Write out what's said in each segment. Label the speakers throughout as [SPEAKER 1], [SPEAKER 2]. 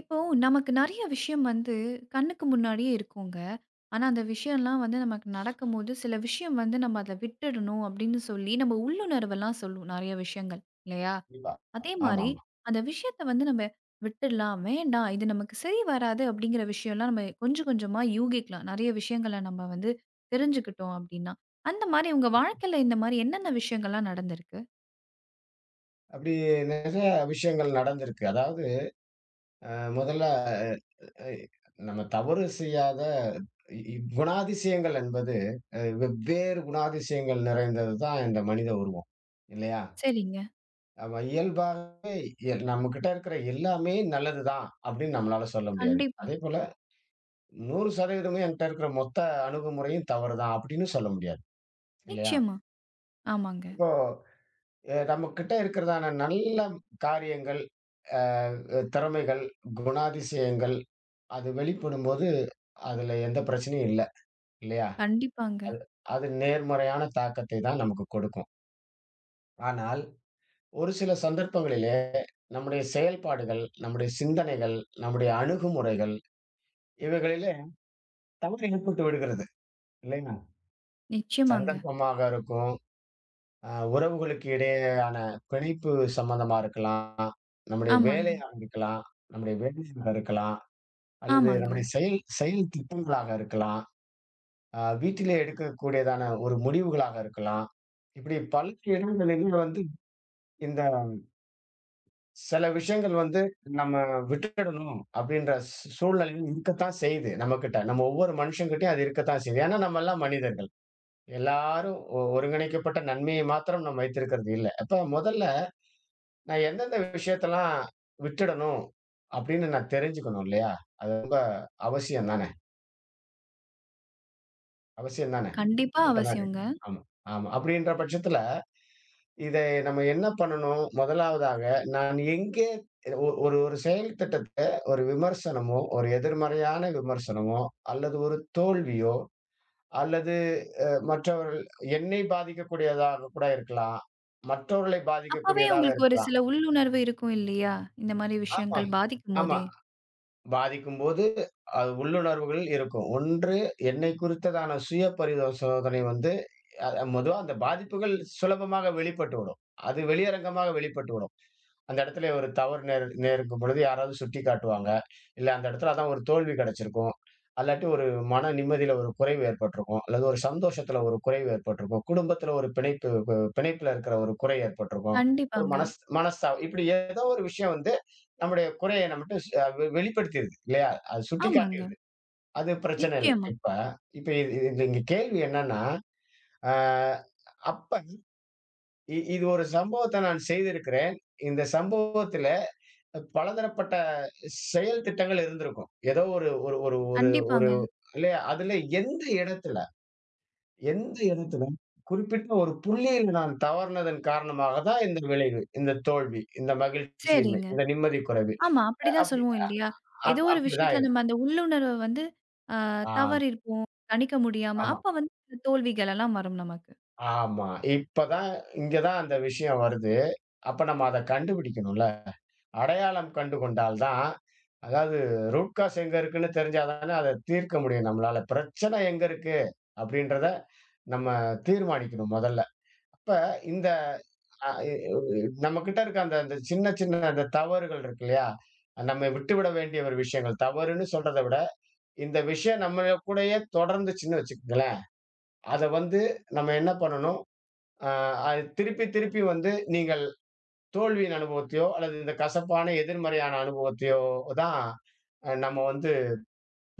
[SPEAKER 1] இப்போ நமக்கு நெறைய விஷயம் வந்து கண்ணுக்கு முன்னாடியே இருக்குங்க. ஆனா, அந்த விஷயம்லாம் வந்து நமக்கு நடக்கும்போது, சில விஷயம் வந்து நம்ம அத விட்டுடணும் அப்படின்னு சொல்லி, நம்ம உள்ளுணர்வெல்லாம் சொல்லும் நெறைய விஷயங்கள், இல்லையா?
[SPEAKER 2] கண்டிப்பா.
[SPEAKER 1] அதே மாரி
[SPEAKER 2] ஆமாமா.
[SPEAKER 1] அந்த விஷயத்த வந்து நம்ம விட்டுடலாம், வேண்டாம், இது நமக்கு சரி வராது அப்படிங்கிற விஷயம்லாம் நம்ம கொஞ்சம் கொஞ்சமா யூகிக்கலாம். நெறைய விஷயங்கள நம்ம வந்து தெரிஞ்சுக்கிட்டோம் அப்படின்னா. அந்த மாரி உங்க வாழ்க்கையில இந்த மாரி என்னென்ன விஷயங்கள்லாம் நடந்திருக்கு?
[SPEAKER 2] அப்படி நிறைய விஷயங்கள் நடந்திருக்கு. அதாவது முதல்ல அ நம்ம தவறு செய்யாத இ இ குணாதிசயங்கள் என்பது வெவ்வேறு குணாதிசயங்கள் நிறைந்தது தான் இந்த மனித உருவம். இல்லையா?
[SPEAKER 1] சரிங்க.
[SPEAKER 2] நம்ம இயல்பாகவே நம்மகிட்ட இருக்கிற எல்லாமே நல்லது தான் அப்படின்னு நம்மளால சொல்ல முடியாது.
[SPEAKER 1] கண்டிப்பா.
[SPEAKER 2] அதேபோல 100% என்ட்ட இருக்கிற மொத்த அணுகுமுறையும் தவறு தான் அப்படின்னு சொல்ல முடியாது. இல்லையா?
[SPEAKER 1] நிச்சயமா. ஆமாங்க.
[SPEAKER 2] இப்போ நம்மகிட்ட இருக்கிறதான நல்ல காரியங்கள், அ திறமைகள், குணாதிசயங்கள், அது வெளிப்படும்போது, அதுல எந்த பிரச்சனையும் இல்ல, இல்லையா?
[SPEAKER 1] கண்டிப்பாங்க.
[SPEAKER 2] அது நேர்மறையான தாக்கத்தை தான் நமக்கு கொடுக்கும். ஆனால், ஒரு சில சந்தர்ப்பங்களிலே நம்முடைய செயல்பாடுகள், நம்முடைய சிந்தனைகள், நம்முடைய அணுகுமுறைகள் இவைகளிலே தவறு ஏற்பட்டு விடுகிறது, இல்லையா?
[SPEAKER 1] நிச்சயமாங்க.
[SPEAKER 2] சந்தர்ப்பமாக இருக்கும். உறவுகளுக்கு இடையேயான பிணைப்பு சம்மந்தமா இருக்கலாம். நம்முடைய
[SPEAKER 1] ஆமாங்க.
[SPEAKER 2] வேலையா இருக்கலாம். நம்முடைய வேலையாக இருக்கலாம். அல்லது
[SPEAKER 1] ஆமாங்க.
[SPEAKER 2] நம்முடைய செயல் செயல் திட்டங்களாக இருக்கலாம். வீட்டிலே எடுக்கக்கூடியதான ஒரு முடிவுகளாக இருக்கலாம். இப்படி பல இடங்களிலும் வந்து இந்த சில விஷயங்கள் வந்து நம்ம விட்டுடணும் அப்படின்ற சூழ்நிலையும் இருக்கத்தான் செய்யுது நம்மகிட்ட. நம்ம ஒவ்வொரு மனுஷங்கிட்டயும் அது இருக்கத்தான் செய்யுது. ஏன்னா நம்ம எல்லாம் மனிதர்கள். எல்லாரும் ஒருங்கிணைக்கப்பட்ட நன்மையை மாத்திரம் நம்ம வைத்திருக்கிறது இல்ல. அப்ப முதல்ல நான் எந்தெந்த விஷயத்தெல்லாம் விட்டுடணும் அப்படின்னு நான் தெரிஞ்சுக்கணும் இல்லையா? அது ரொம்ப அவசியம் தானே! அவசியம் தானே!
[SPEAKER 1] கண்டிப்பா
[SPEAKER 2] மட்டும்தான்
[SPEAKER 1] அவசியங்க.
[SPEAKER 2] கேக்குறேன். ஆமா, ஆமா. அப்படின்ற பட்சத்துல, இதை நம்ம என்ன பண்ணணும்? முதலாவதாக நான் எங்கே ஒ ஒரு ஒரு செயல் திட்டத்த ஒரு விமர்சனமோ, ஒரு எதிர்மறையான விமர்சனமோ, அல்லது ஒரு தோல்வியோ, அல்லது மற்றவர்கள் என்னை பாதிக்கக்கூடியதாக கூட இருக்கலாம். மற்றவர்களை
[SPEAKER 1] அப்பவே
[SPEAKER 2] பாதிக்கக்கூடியதாக
[SPEAKER 1] உங்களுக்கு ஒரு
[SPEAKER 2] இருக்கலாம்.
[SPEAKER 1] சில உள்ளுணர்வு இருக்கும் இல்லையா? இந்த மாரி
[SPEAKER 2] ஆமா,
[SPEAKER 1] விஷயங்கள்
[SPEAKER 2] ஆமா.
[SPEAKER 1] பாதிக்கும்போதே.
[SPEAKER 2] பாதிக்கும்போது, அது உள்ளுணர்வுகள் இருக்கும். ஒன்று என்னை குறித்ததான சுய பரிசோதனை வந்து அ, மொதுவா அந்த பாதிப்புகள் சுலபமாக வெளிப்பட்டுவிடும். அது வெளியரங்கமாக வெளிப்பட்டுவிடும். அந்த இடத்துல ஒரு தவறு நேர்க்கும் பொழுது யாராவது சுட்டிக்காட்டுவாங்க. இல்ல அந்த இடத்துல அதான் ஒரு தோல்வி கிடைச்சிருக்கும். அல்லாட்டி ஒரு மன நிம்மதியில ஒரு குறைவு ஏற்பட்டிருக்கும். அல்லது ஒரு சந்தோஷத்துல ஒரு குறைவு ஏற்பட்டிருக்கும். குடும்பத்துல ஒரு பிணைப்பு பிணைப்புல இருக்கிற ஒரு குறை ஏற்பட்டிருக்கும். ஒரு
[SPEAKER 1] கண்டிப்பாங்க.
[SPEAKER 2] மனஸ்தா இப்படி ஏதோ ஒரு விஷயம் வந்து நம்முடைய குறைய நம்மட்ட ஸ் அ வெ வெளிப்படுத்திருது இல்லையா? அது
[SPEAKER 1] ஆமாங்க.
[SPEAKER 2] சுட்டிக்காட்டிருது. அது பிரச்சனை இல்ல.
[SPEAKER 1] நிச்சயமா.
[SPEAKER 2] இப்ப இப்ப இது இது இது இங்க கேள்வி என்னன்னா, அ அப்ப இ இது ஒரு சம்பவத்த நான் செய்திருக்கிறேன். இந்த சம்பவத்தில பலதரப்பட்ட செயல் திட்டங்கள் இருந்திருக்கும். ஏதோ ஒரு ஒரு ஒரு ஒரு ஒரு
[SPEAKER 1] கண்டிப்பாங்க.
[SPEAKER 2] இல்லையா? அதுல எந்த இடத்துல, எந்த இடத்துல குறிப்பிட்ட ஒரு புள்ளியில் நான் தவறுனதன் காரணமாக தான் இந்த விளைவு, இந்த தோல்வி, இந்த மகிழ்ச்சியின்மை,
[SPEAKER 1] சரிங்க.
[SPEAKER 2] இந்த நிம்மதி குறைவு.
[SPEAKER 1] ஆமா.
[SPEAKER 2] அ
[SPEAKER 1] அப்படிதான்
[SPEAKER 2] அப்படி
[SPEAKER 1] சொல்லுவோம் இல்லையா? ஏதோ
[SPEAKER 2] அப்
[SPEAKER 1] ஒரு
[SPEAKER 2] அப்படிதான்
[SPEAKER 1] விஷயத்துல நம்ம
[SPEAKER 2] இருக்கும்.
[SPEAKER 1] அந்த உள்ளுணர்வ வந்து
[SPEAKER 2] ஆ,
[SPEAKER 1] தவறியிருப்போம். கணிக்க முடியாம.
[SPEAKER 2] ஆமா,
[SPEAKER 1] அப்ப வந்து இந்த தோல்விகள் எல்லாம் வரும் நமக்கு.
[SPEAKER 2] ஆமா. இப்ப தான். இங்க தான் அந்த விஷயம் வருது. அப்ப நம்ம அத கண்டுபிடிக்கணும்ல. அடையாளம் கண்டு கொண்டால்தான், அதாவது ரூட் காஸ் எங்க இருக்குன்னு தெரிஞ்சாதானே அத தீர்க்க முடியும் நம்மளால. பிரச்சனை எங்க இருக்கு? அப்படின்றத நம்ம தீர்மானிக்கணும் முதல்ல. அப்ப இந்த அ இ நம்மகிட்ட இருக்க அந்த அந்த சின்ன சின்ன அந்த தவறுகள் இருக்கு இல்லையா? நம்ம விட்டுவிட வேண்டிய ஒரு விஷயங்கள். தவறுன்னு சொல்றத விட, இந்த விஷயம் நம்ம கூடயே தொடர்ந்துச்சுன்னு வச்சுக்கங்களேன், அத வந்து நம்ம என்ன பண்ணணும்? அ திருப்பி திருப்பி வந்து நீங்கள் தோல்வியின் அனுபவத்தையோ, அல்லது இந்த கசப்பான எதிர்மறையான அனுபவத்தையோ தான் நம்ம வந்து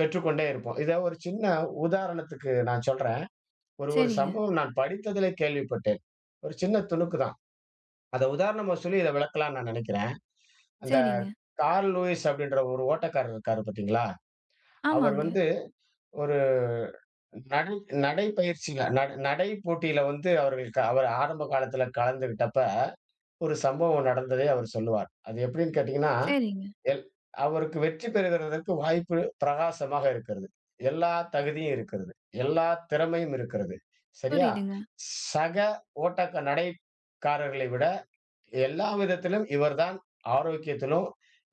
[SPEAKER 2] பெற்றுக்கொண்டே இருப்போம். இத ஒரு சின்ன உதாரணத்துக்கு நான் சொல்றேன். ஒரு ஒரு
[SPEAKER 1] சரிங்க,
[SPEAKER 2] சம்பவம் நான் படித்ததிலே கேள்விப்பட்டேன். ஒரு சின்ன துணுக்கு தான். அத உதாரணமா சொல்லி இத விளக்கலாம்னு நான் நெனைக்கிறேன். அந்த
[SPEAKER 1] சரிங்க.
[SPEAKER 2] கார்ல் லூயிஸ் அப்படின்ற ஒரு ஓட்டக்காரர் இருக்காரு பார்த்தீங்களா? அவர்
[SPEAKER 1] ஆமாங்க.
[SPEAKER 2] வந்து ஒரு நடை நடை பயிற்சியில நடை போட்டியில வந்து அவர்களுக்கு அவர் ஆரம்ப காலத்தில கலந்துகிட்டப்ப, ஒரு சம்பவம் நடந்ததை அவர் சொல்லுவார். அது எப்படின்னு கேட்டீங்கன்னா
[SPEAKER 1] சரிங்க.
[SPEAKER 2] எல் அவருக்கு வெற்றி பெறுகிறதற்கு வாய்ப்பு பிரகாசமாக இருக்கிறது. எல்லா தகுதியும் இருக்கிறது. எல்லா திறமையும் இருக்கிறது. சரியா?
[SPEAKER 1] புரியுதுங்க.
[SPEAKER 2] சக நடைக்காரர்களை விட எல்லா விதத்திலும் இவர்தான் ஆரோக்கியத்திலும்,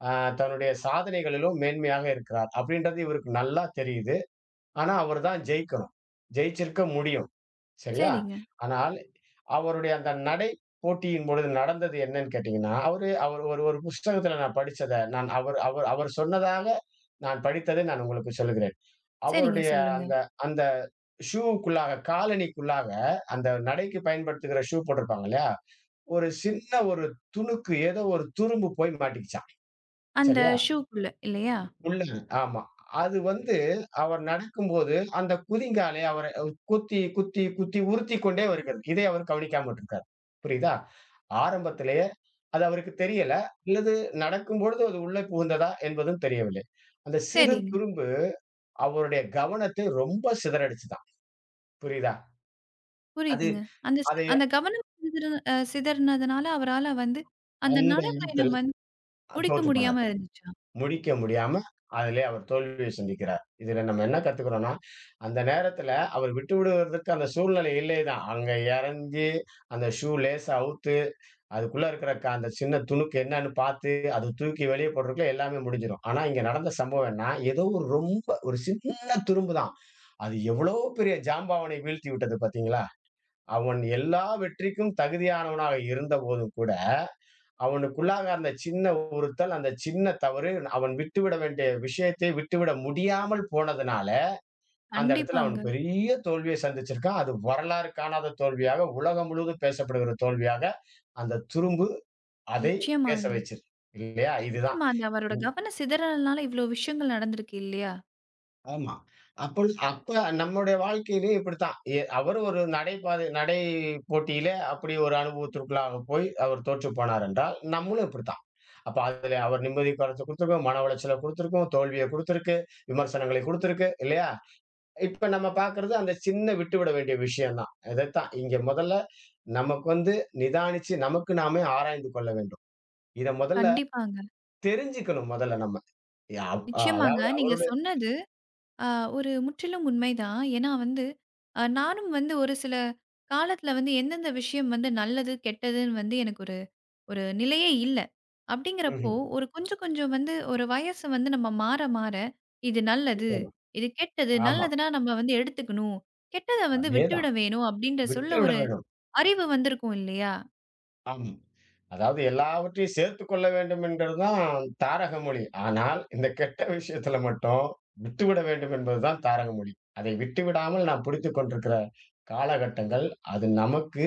[SPEAKER 2] அ தன்னுடைய சாதனைகளிலும் மேன்மையாக இருக்கிறார். அப்படின்றது இவருக்கு நல்லா தெரியுது. ஆனா, அவர்தான் ஜெயிக்கணும். ஜெயிச்சிருக்க முடியும். சரியா?
[SPEAKER 1] சரிங்க,
[SPEAKER 2] ஆனால் அவருடைய அந்த நடை போட்டியின் பொழுது நடந்தது என்னன்னு கேட்டீங்கன்னா, அவர் ஒரு ஒரு புஸ்தகத்துல நான் படிச்சத நான் அவர் அவர் அவர் சொன்னதாக நான் படித்ததை நான் உங்களுக்கு சொல்லுகிறேன்.
[SPEAKER 1] சரிங்க.
[SPEAKER 2] அவருடைய
[SPEAKER 1] சொல்லுங்க.
[SPEAKER 2] அந்த அந்த ஷூவுக்குள்ளாக, காலணிக்குள்ளாக அந்த நடைக்கு பயன்படுத்துகிற ஷூ போட்டிருப்பாங்க இல்லையா? ஒரு சின்ன துணுக்கு, ஏதோ ஒரு துரும்பு போய் மாட்டிக்கிச்சாம்.
[SPEAKER 1] அந்த
[SPEAKER 2] சரியா?
[SPEAKER 1] ஷூக்குள்ள இல்லையா?
[SPEAKER 2] உள்ளது. ஆமா. அது வந்து அவர் நடக்கும்போது, அந்த குதிங்காலை அவர குத்தி, குத்தி, குத்தி உறுத்திக் கொண்டே வருகிறது. இதை அவர் கவனிக்காம விட்டிருக்கார். புரியுதா? ஆரம்பத்திலேயே அது அவருக்கு தெரியல. அல்லது நடக்கும்பொழுது அது உள்ளே புகுந்ததா என்பதும் தெரியவில்லை. அந்த சிறு
[SPEAKER 1] சரிங்க.
[SPEAKER 2] துரும்பு அவருடைய கவனத்தை ரொம்ப சிதறடிச்சுதாம். புரியுதா? அது
[SPEAKER 1] புரியுதுங்க. அந்த ஸ்
[SPEAKER 2] அதை
[SPEAKER 1] அந்த கவனம் சிதற சிதறினதுனால அவரால வந்து அந்த
[SPEAKER 2] அந்த இடத்தில்
[SPEAKER 1] நடைப்பயணம் வந்து முடிக்க
[SPEAKER 2] தோற்று போனார்.
[SPEAKER 1] முடியாம இருந்துச்சா?
[SPEAKER 2] முடிக்க முடியாம, அதிலே அவர் தோல்வியை சந்திக்கிறார். இதில நம்ம என்ன கத்துக்கிறோம்னா, அந்த நேரத்தில அவர் விட்டுவிடுவதற்கு அந்த சூழ்நிலை இல்லை தான். அங்க இறங்கி, அந்த ஷூ லேசா அவுத்து, அதுக்குள்ள இருக்கிற அந்த சின்ன துணுக்கு என்னன்னு பார்த்து, அத தூக்கி வெளிய போடுறதுக்குள்ள எல்லாமே முடிஞ்சிரும். ஆனா, இங்க நடந்த சம்பவம் என்ன, ஏதோ ஒரு ரொம்ப சின்ன துரும்பு தான். அது எவ்வளோ பெரிய ஜாம்பவானை வீழ்த்தி விட்டது பார்த்தீங்களா? அவன் எல்லா வெற்றிக்கும் தகுதியானவனாக இருந்தபோதும் கூட, அவனுக்குள்ளாக அந்த சின்ன உறுத்தல், அந்த சின்ன தவறு, அவன் விட்டுவிட வேண்டிய விஷயத்தை விட்டுவிட முடியாமல் போனதுனால, அந்த இடத்துல அவன்
[SPEAKER 1] கண்டிப்பாங்க.
[SPEAKER 2] பெரிய தோல்விய சந்திச்சிருக்கான். அது வரலாறு காணாத தோல்வியாக, உலகம் முழுவதும் பேசப்படுகிற தோல்வியாக, அந்த துரும்பு அதை பேச
[SPEAKER 1] நிச்சயமாங்க.
[SPEAKER 2] வைச்சது. இல்லையா? இதுதான்.
[SPEAKER 1] நிச்சயமா அந்த அவரோட கவனம் சிதறல்னால இவ்ளோ விஷயங்கள் நடந்திருக்கு இல்லையா?
[SPEAKER 2] ஆமா. அப்ப அப்ப நம்முடைய வாழ்க்கையிலயும் இப்படித்தான். அவர் ஒரு நடை போட்டியில அப்படி ஒரு அனுபவத்திற்குள்ளாக போய் அவர் தோற்றுப் போனார் என்றால், நம்மளும் இப்படித்தான். அப்ப அதுல அவர் நிம்மதி குறைச்ச குடுத்திருக்கும், மன உளைச்சல குடுத்திருக்கும், தோல்விய குடுத்திருக்கு, விமர்சனங்களை குடுத்திருக்கு இல்லையா? இப்ப நம்ம பார்க்கிறது அந்த சின்ன விட்டுவிட வேண்டிய விஷயம் தான். இதைத்தான் இங்க முதல்ல நமக்கு வந்து நிதானிச்சு நமக்கு நாமே ஆராய்ந்து கொள்ள வேண்டும். இத முதல்ல
[SPEAKER 1] கண்டிப்பாங்க.
[SPEAKER 2] தெரிஞ்சுக்கணும் முதல்ல நம்ம. யா
[SPEAKER 1] நிச்சயமாங்க.
[SPEAKER 2] அதாவது
[SPEAKER 1] நீங்க
[SPEAKER 2] அவருடைய
[SPEAKER 1] சொன்னது ஆ, ஒரு முற்றிலும் உண்மைதான். ஏன்னா வந்து, நானும் வந்து ஒரு சில காலத்துல வந்து எந்தெந்த விஷயம் வந்து நல்லது, கெட்டதுன்னு வந்து எனக்கு ஒரு ஒரு நிலையே இல்ல. அப்படிங்கிறப்போ,
[SPEAKER 2] ம்ஹ்ம்.
[SPEAKER 1] ஒரு கொஞ்சம் கொஞ்சம் வந்து ஒரு வயசு வந்து நம்ம மாற மாற, இது நல்லது,
[SPEAKER 2] நிச்சயமா.
[SPEAKER 1] இது கெட்டது,
[SPEAKER 2] ஆமா.
[SPEAKER 1] நல்லதுன்னா நம்ம வந்து எடுத்துக்கணும், கெட்டத வந்து
[SPEAKER 2] அதேதான்.
[SPEAKER 1] விட்டுவிட வேணும் அப்படின்ற சொல்ல
[SPEAKER 2] விட்டுவிட
[SPEAKER 1] ஒரு
[SPEAKER 2] வேண்டும்.
[SPEAKER 1] அறிவு வந்திருக்கும் இல்லையா?
[SPEAKER 2] ஆம். அதாவது எல்லாவற்றையும் சேர்த்துக் கொள்ள வேண்டும் என்கிறது தான் தாரக மொழி. ஆனால், இந்த கெட்ட விஷயத்துல மட்டும் விட்டுவிட வேண்டும் என்பதுதான் தாரக மொழி. அதை விட்டுவிடாமல் நாம் பிடித்துக் கொண்டிருக்கிற காலகட்டங்கள், அது நமக்கு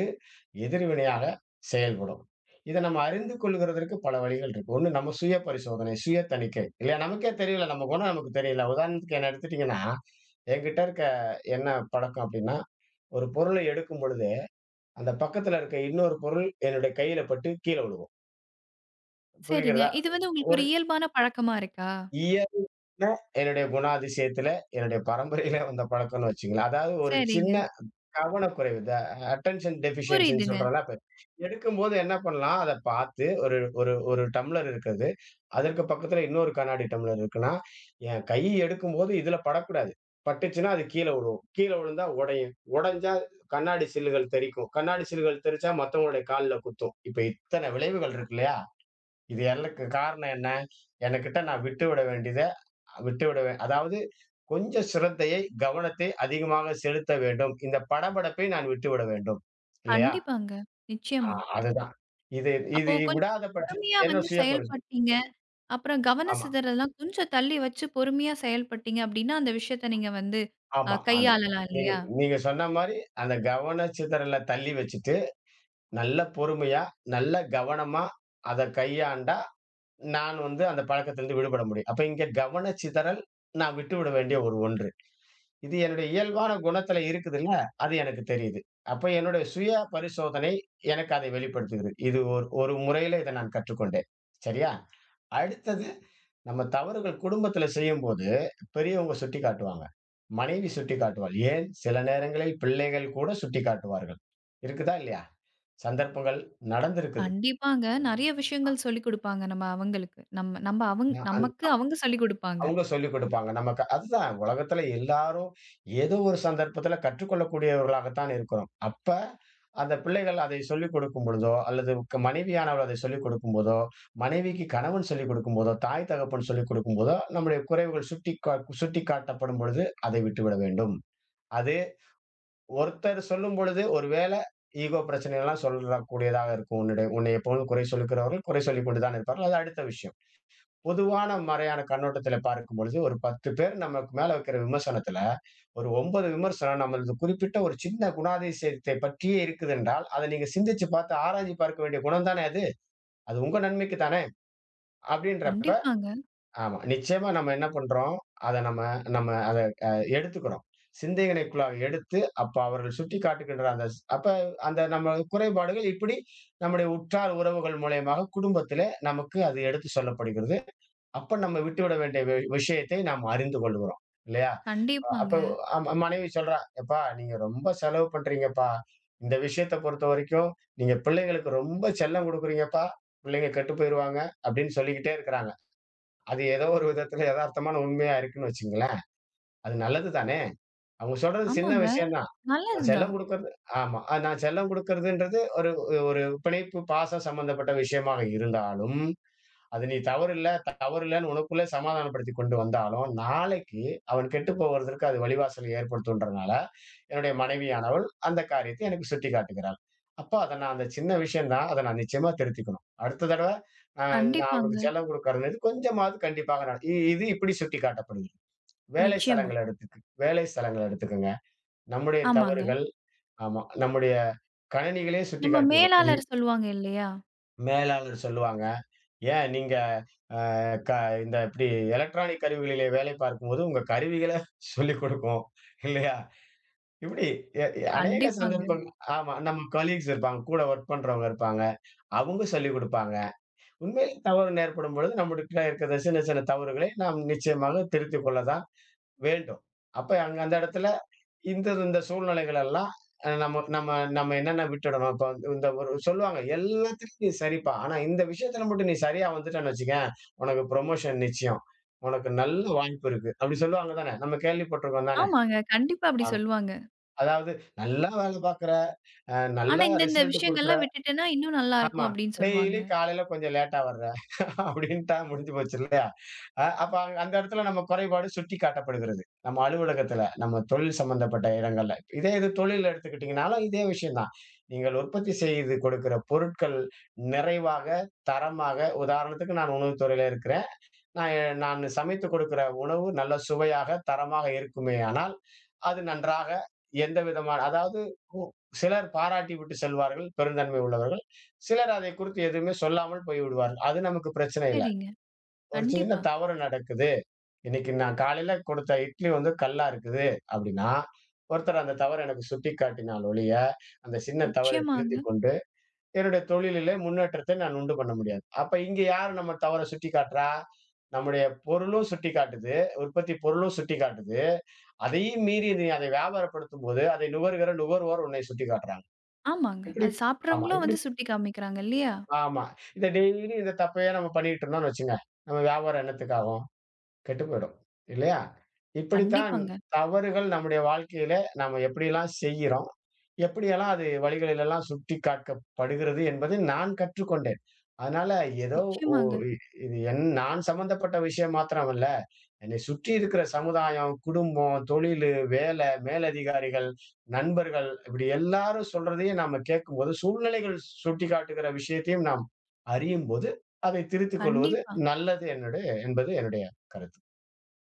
[SPEAKER 2] எதிர்வினையாக செயல்படும். இத நம்ம அறிந்து கொள்கிறதற்கு பல வழிகள் இருக்கு. ஒண்ணு நம்ம சுய பரிசோதனை, சுய தணிக்கை. இல்லையா நமக்கே தெரியல. நம்ம குணம் நமக்கு தெரியல. உதாரணத்துக்கு என்ன எடுத்துட்டீங்கன்னா, என்கிட்ட இருக்க என்ன பழக்கம் அப்படின்னா, ஒரு பொருளை எடுக்கும் பொழுது அந்த பக்கத்துல இருக்க இன்னொரு பொருள் என்னுடைய கையில பட்டு கீழ விழுகும்.
[SPEAKER 1] சரிங்க.
[SPEAKER 2] புரிகிறதா?
[SPEAKER 1] இது வந்து உங்களுக்கு ஒரு
[SPEAKER 2] ஒரு
[SPEAKER 1] இயல்பான பழக்கமா இருக்கா?
[SPEAKER 2] இயல்புல என்னுடைய குணாதிசயத்துல, என்னுடைய பரம்பரையில வந்த பழக்கம்ன்னு வச்சுக்கங்களேன். அதாவது ஒரு சின்ன
[SPEAKER 1] சரிங்க.
[SPEAKER 2] கவனக்குறைவு. இந்த அட்டென்ஷன் டெஃபிஷியன்சின்னு
[SPEAKER 1] புரியுதுங்க.
[SPEAKER 2] சொல்றோம்ல, அப்ப எடுக்கும்போது என்ன பண்ணலாம், அத பார்த்து ஒரு ஒரு ஒரு டம்ளர் இருக்குது. அதற்கு பக்கத்துல இன்னொரு கண்ணாடி டம்ளர் இருக்குன்னா, என் கை எடுக்கும்போது இதுல படக்கூடாது. பட்டுச்சுன்னா அது கீழ விழும். கீழ விழுந்தா உடையும். உடைஞ்சா கண்ணாடி சில்லுகள் தெறிக்கும். கண்ணாடி சில்லுகள் தெறிச்சா மத்தவங்களுடைய கால்ல குத்தும். இப்ப இத்தன விளைவுகள் இருக்கு இல்லையா? இது எல்லக்கு காரணம் என்ன? எனக்கிட்ட நான் விட்டு விட வேண்டியத அதாவது கொஞ்சம் சிரத்தையை கவனத்தை அதிகமாக செலுத்த வேண்டும். இந்த படபடப்பை நான் விட்டு விட வேண்டும், இல்லையா?
[SPEAKER 1] கண்டிப்பாங்க.
[SPEAKER 2] ஆ,
[SPEAKER 1] நிச்சயமா.
[SPEAKER 2] அதுதான் இது
[SPEAKER 1] அப்போ
[SPEAKER 2] இது
[SPEAKER 1] கொஞ்சம்
[SPEAKER 2] விடாத பட்ச
[SPEAKER 1] பொறுமையா
[SPEAKER 2] என்ன
[SPEAKER 1] வந்து
[SPEAKER 2] சுய பரிசு-
[SPEAKER 1] செயல்பட்டீங்க. அப்புறம் கவன
[SPEAKER 2] ஆமா
[SPEAKER 1] சிதறல்லாம் கொஞ்சம் தள்ளி வச்சு பொறுமையா செயல்பட்டீங்க அப்டின்னா, அந்த விஷயத்த நீங்க வந்து
[SPEAKER 2] ஆமா அந்த
[SPEAKER 1] கையாளலாம்
[SPEAKER 2] நீங்க
[SPEAKER 1] இல்லையா?
[SPEAKER 2] நீங்க சொன்ன மாதிரி அந்த கவன சிதறல தள்ளி வச்சுட்டு நல்ல பொறுமையா நல்ல கவனமா அதை கையாண்டா நான் வந்து அந்த பழக்கத்திலிருந்து விடுபட முடியும். அப்ப இங்க கவன சிதறல் நான் விட்டு விட வேண்டிய ஒரு ஒன்று. இது என்னுடைய இயல்பான குணத்துல இருக்குதுல்ல, அது எனக்கு தெரியுது. அப்ப என்னுடைய சுய பரிசோதனை எனக்கு அதை வெளிப்படுத்துகிறது. இது ஒரு ஒரு முறையில இத நான் கற்றுக்கொண்டேன். சரியா? அடுத்தது நம்ம தவறுகள் குடும்பத்துல செய்யும்போது பெரியவங்க சுட்டிக்காட்டுவாங்க. மனைவி சுட்டிக்காட்டுவாள். ஏன் சில நேரங்களில் பிள்ளைகள் கூட சுட்டிக்காட்டுவார்கள். இருக்குதா? இல்லையா? சந்தர்ப்பங்கள் நடந்திருக்குது.
[SPEAKER 1] கண்டிப்பாங்க. நெறைய விஷயங்கள் சொல்லிக் குடுப்பாங்க நம்ம அவங்களுக்கு. நம்ம நம்ம அவங்
[SPEAKER 2] அ அந்
[SPEAKER 1] நமக்கு அவங்க சொல்லிக் குடுப்பாங்க.
[SPEAKER 2] அவங்க சொல்லிக் குடுப்பாங்க. நமக்கு அதுதான் உலகத்துல எல்லாரும் ஏதோ ஒரு சந்தர்ப்பத்துல கற்றுக்கொள்ளக்கூடியவர்களாகத்தான் இருக்கிறோம். அப்ப அந்த பிள்ளைகள் அதை சொல்லிக் கொடுக்கும் பொழுதோ, அல்லது மனைவியானவள் அதை சொல்லிக் கொடுக்கும்போதோ, மனைவிக்கு கணவன் சொல்லிக் கொடுக்கும்போதோ, தாய் தகப்பன் சொல்லிக் கொடுக்கும்போதோ, நம்முடைய குறைவுகள் சுட்டிக்காட்டப்படும் பொழுது அதை விட்டுவிட வேண்டும். அது ஒருத்தர் சொல்லும்பொழுது ஒருவேளை ஈகோ பிரச்சனைகள்லாம் சொல்லக்கூடியதாக இருக்கும். உன்னுடைய உன்னைய போல் குறை சொல்லுகிறவர்கள் குறை சொல்லிக் கொண்டு தான் இருப்பார்கள். அது அடுத்த விஷயம். பொதுவான மறையான கண்ணோட்டத்துல பார்க்கும் பொழுது, ஒரு 10 பேர் நமக்கு மேல வைக்கிற விமர்சனத்துல, ஒரு 9 விமர்சனம் நம்மளது குறிப்பிட்ட ஒரு சின்ன குணாதிசயத்தை பற்றியே இருக்குதென்றால், அத நீங்க சிந்திச்சு பார்த்து ஆராய்ஞ்சு பார்க்க வேண்டிய குணம் தானே அது. அது உங்க நன்மைக்கு தானே! அப்படின்றப்ப
[SPEAKER 1] கண்டிப்பாங்க,
[SPEAKER 2] ஆமா, நிச்சயமா நம்ம என்ன பண்றோம், அத நம்ம நம்ம அத அ எடுத்துக்கிறோம். சிந்தனைக்குள்ளாக எடுத்து, அப்ப அவர்கள் சுட்டிக்காட்டுகின்ற அப்ப அந்த நம்ம குறைபாடுகள் இப்படி நம்முடைய உற்றார் உறவுகள் மூலியமாக குடும்பத்திலே நமக்கு அது எடுத்து சொல்லப்படுகிறது. அப்ப நம்ம விட்டுவிட வேண்டிய விஷயத்தை நாம் அறிந்து கொள்கிறோம், இல்லையா? அ- அப்ப
[SPEAKER 1] கண்டிப்பாங்க.
[SPEAKER 2] அம்- அம் மனைவி சொல்றா, எப்பா, நீங்க ரொம்ப செலவு பண்றீங்கப்பா, இந்த விஷயத்தை பொறுத்த வரைக்கும் நீங்க பிள்ளைங்களுக்கு ரொம்ப செல்லம் கொடுக்குறீங்கப்பா, பிள்ளைங்க கெட்டு போயிருவாங்க அப்படின்னு சொல்லிக்கிட்டே இருக்கிறாங்க. அது ஏதோ ஒரு விதத்துல யதார்த்தமான உண்மையா இருக்குன்னு வச்சுங்களேன், அது நல்லது தானே. அவங்க சொல்றது சின்ன
[SPEAKER 1] ஆமாங்க.
[SPEAKER 2] விஷயம்தான். நான் செல்லம்
[SPEAKER 1] நல்லதுதான்.
[SPEAKER 2] கொடுக்கறது, ஆமா. நான் செல்லம் கொடுக்கறதுன்றது ஒரு ஒரு பிணைப்பு பாசம் சம்பந்தப்பட்ட விஷயமாக இருந்தாலும் அது நீ தவறில்ல, தவறில்லன்னு உனக்குள்ளே சமாதானப்படுத்திக் கொண்டு வந்தாலும், நாளைக்கு அவன் கெட்டுப் போவதற்கு அது வழிவாசலை ஏற்படுத்துன்றதுனால, என்னுடைய மனைவியானவள் அந்தக் காரியத்தை எனக்குச் சுட்டிக்காட்டுகிறாள். அப்ப அத நான் அந்தச் சின்ன விஷயம் தான். அத நான் நிச்சயமா திருத்திக்கணும். அடுத்த தடவ அ நான் அவளுக்குச்
[SPEAKER 1] கண்டிப்பாங்க.
[SPEAKER 2] செல்லம் கொடுக்கிறதுல கொஞ்சமாவது கண்டிப்பாக நான் இது இப்படி சுட்டிக்காட்டப்படுது. வேலை
[SPEAKER 1] நிச்சயமா.
[SPEAKER 2] ஸ்தலங்கள எடுத்துக்கு வேலை ஸ்தலங்கள எடுத்துக்கங்க. நம்முடைய
[SPEAKER 1] ஆமாங்க.
[SPEAKER 2] தவறுகள். ஆமா. நம்முடைய கணினிகளே
[SPEAKER 1] நம்ம
[SPEAKER 2] சுட்டிக்காட்டி விடும்.
[SPEAKER 1] மேலாளர் சொல்லுவாங்க இல்லையா?
[SPEAKER 2] மேலாளர் சொல்லுவாங்க, "ஏன் நீங்க" க இந்த இப்படி எலக்ட்ரானிக் கருவிகளிலே வேலை பார்க்கும்போது, உங்க கருவிகள சொல்லிக் கொடுக்கும். இல்லையா? இப்படி எ எ அநேக
[SPEAKER 1] கண்டிப்பாங்க.
[SPEAKER 2] சந்தர்ப்பம். ஆமா. நம்ம கொலீக்ஸ் இருப்பாங்க. கூட வொர்க் பண்றவங்க இருப்பாங்க. அவங்க சொல்லிக் குடுப்பாங்க. உண்மையிலே தவறு நேர்படும் பொழுது, நம்மகிட்ட இருக்கிற சின்ன சின்ன தவறுகளை நாம் நிச்சயமாக திருத்திக் கொள்ள தான் வேண்டும். அப்ப அங்க அந்த இடத்துல இந்த இந்த சூழ்நிலைகள் எல்லாம் அ நம்ம நம்ம நம்ம என்னென்ன விட்டுடணும். இப்ப வந்து இந்த ஒரு சொல்லுவாங்க, "எல்லாத்துலயும் நீ சரிப்பா. ஆனா இந்த விஷயத்துல மட்டும் நீ சரியா வந்துட்டன்னு வச்சுக்கயேன், உனக்கு ப்ரமோஷன் நிச்சயம். உனக்கு நல்ல வாய்ப்பு இருக்கு." அப்படி சொல்லுவாங்க தானே? நம்ம கேள்விப்பட்டுருக்கோம் தானே?
[SPEAKER 1] ஆமாங்க. கண்டிப்பா அப்டி
[SPEAKER 2] ஆமா.
[SPEAKER 1] சொல்லுவாங்க.
[SPEAKER 2] அதாவது நல்லா வேலை பாக்குற,
[SPEAKER 1] ஆனா,
[SPEAKER 2] நல்லா
[SPEAKER 1] இந்த இந்த
[SPEAKER 2] ரிசல்ட் குடுக்குற,
[SPEAKER 1] விஷயங்கள்லாம் விட்டுட்டேன்னா இன்னும்
[SPEAKER 2] ஆமா.
[SPEAKER 1] நல்லாருக்கும் அப்டின்னு
[SPEAKER 2] டெய்லி
[SPEAKER 1] சொல்லுவாங்க.
[SPEAKER 2] காலையில கொஞ்சம் லேட்டா வர்ற. அப்படின்ட்டா முடிஞ்சு போச்சு இல்லையா? அப்ப அங்க அந்த இடத்துல நம்ம குறைபாடு சுட்டிக்காட்டப்படுகிறது. நம்ம அலுவலகத்துல, நம்ம தொழில் சம்பந்தப்பட்ட இடங்கள்ல. இதே இது தொழில் எடுத்துக்கிட்டீங்கனாலும் இதே விஷயம் தான். நீங்கள் உற்பத்தி செய்து கொடுக்கிற பொருட்கள் நிறைவாக, தரமாக உதாரணத்துக்கு நான் உணவுத்துறையில இருக்கிறேன். நான் நான் சமைத்து கொடுக்கிற உணவு நல்ல சுவையாக, தரமாக இருக்குமேயானால், அது நன்றாக எந்த விதமான அதாவது சிலர் பாராட்டி விட்டு செல்வார்கள் பெருந்தன்மை உள்ளவர்கள். சிலர் அதை குறித்து எதுவுமே சொல்லாமல் போய்விடுவார்கள். அது நமக்கு பிரச்சனை இல்ல.
[SPEAKER 1] சரிங்க.
[SPEAKER 2] ஒரு சின்ன
[SPEAKER 1] கண்டிப்பா.
[SPEAKER 2] தவறு நடக்குது. இன்னைக்கு நான் காலையில கொடுத்த இட்லி வந்து கல்லா இருக்குது அப்படின்னா, ஒருத்தர் அந்த தவற எனக்கு சுட்டிக்காட்டினால் ஒழிய, அந்த சின்ன தவறை
[SPEAKER 1] நிச்சயமாங்க.
[SPEAKER 2] திருத்திக் கொண்டு என்னுடைய தொழிலிலே முன்னேற்றத்தை நான் உண்டு பண்ண முடியாது. அப்ப இங்க யாரு நம்ம தவற சுட்டிக்காட்டுறா? நம்முடைய பொருளும் சுட்டிக்காட்டுது. உற்பத்தி பொருளும் சுட்டிக்காட்டுது. அதையும் மீறி நீ அதை வியாபாரப்படுத்தும்போது, அதை நுகர்கிற நுகர்வோர் உன்னை சுட்டிக்காட்டுறாங்க.
[SPEAKER 1] ஆமாங்க.
[SPEAKER 2] இப்படி
[SPEAKER 1] அது சாப்பிடுறவங்களும்
[SPEAKER 2] இப்படி
[SPEAKER 1] வந்து சுட்டி காமிக்கிறாங்க இல்லையா?
[SPEAKER 2] ஆமா. இத டெய்லி இந்த தப்பையே நம்ம பண்ணிட்டு இருந்தோம்னு வச்சுங்க, நம்ம வியாபாரம் என்னத்துக்கு ஆகும்? கெட்டு போயிடும். இல்லையா? இப்படித்தான்
[SPEAKER 1] கண்டிப்பாங்க.
[SPEAKER 2] தவறுகள் நம்முடைய வாழ்க்கையிலே நாம எப்படியெல்லாம் செய்கிறோம்? எப்படியெல்லாம் அது வழிகளிலெல்லாம் சுட்டிக்காட்டப்படுகிறது என்பதை நான் கற்றுக்கொண்டேன். அதனால ஏதோ ஒ
[SPEAKER 1] நிச்சயமாங்க.
[SPEAKER 2] இ இது நான் சம்பந்தப்பட்ட விஷயம் மாத்திரமல்ல. என்னை சுற்றி இருக்கிற சமுதாயம், குடும்பம், தொழிலு, வேலை, மேலதிகாரிகள், நண்பர்கள் இப்படி எல்லாரும் சொல்றதையும் நாம கேட்கும்போது, சூழ்நிலைகள் சுட்டிக்காட்டுகிற விஷயத்தையும் நாம் அறியும்போது, அதை திருத்திக் கொள்வது
[SPEAKER 1] கண்டிப்பா.
[SPEAKER 2] நல்லது என்பது என்னுடைய கருத்து.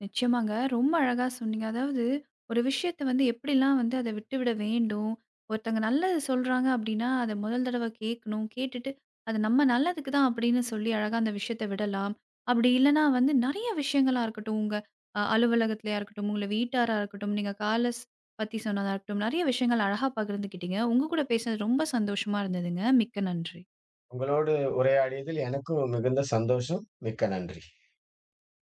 [SPEAKER 1] நிச்சயமாங்க. ரொம்ப அழகா சொன்னீங்க. அதாவது ஒரு விஷயத்த வந்து எப்படிலாம் வந்து அத விட்டுவிட வேண்டும். ஒருத்தங்க நல்லது சொல்றாங்க அப்படின்னா, அத முதல் தடவ கேட்கணும். கேட்டுட்டு அது நம்ம நல்லதுக்கு தான் அப்படின்னு சொல்லி அழகா அந்த விஷயத்த விடலாம். அப்படி இல்லன்னா வந்து நெறைய விஷயங்களா இருக்கட்டும். உங்க அலுவலகத்திலயா இருக்கட்டும், உங்கள வீட்டாரா இருக்கட்டும், நீங்க காலஸ் பத்தி சொன்னதா இருக்கட்டும், நெறைய விஷயங்கள் அழகா பகிர்ந்துக்கிட்டீங்க. உங்க கூட பேசினது ரொம்ப சந்தோஷமா இருந்ததுங்க. மிக்க நன்றி.
[SPEAKER 2] உங்களோடு உரையாடியதில் எனக்கும் மிகுந்த சந்தோஷம். மிக்க நன்றி.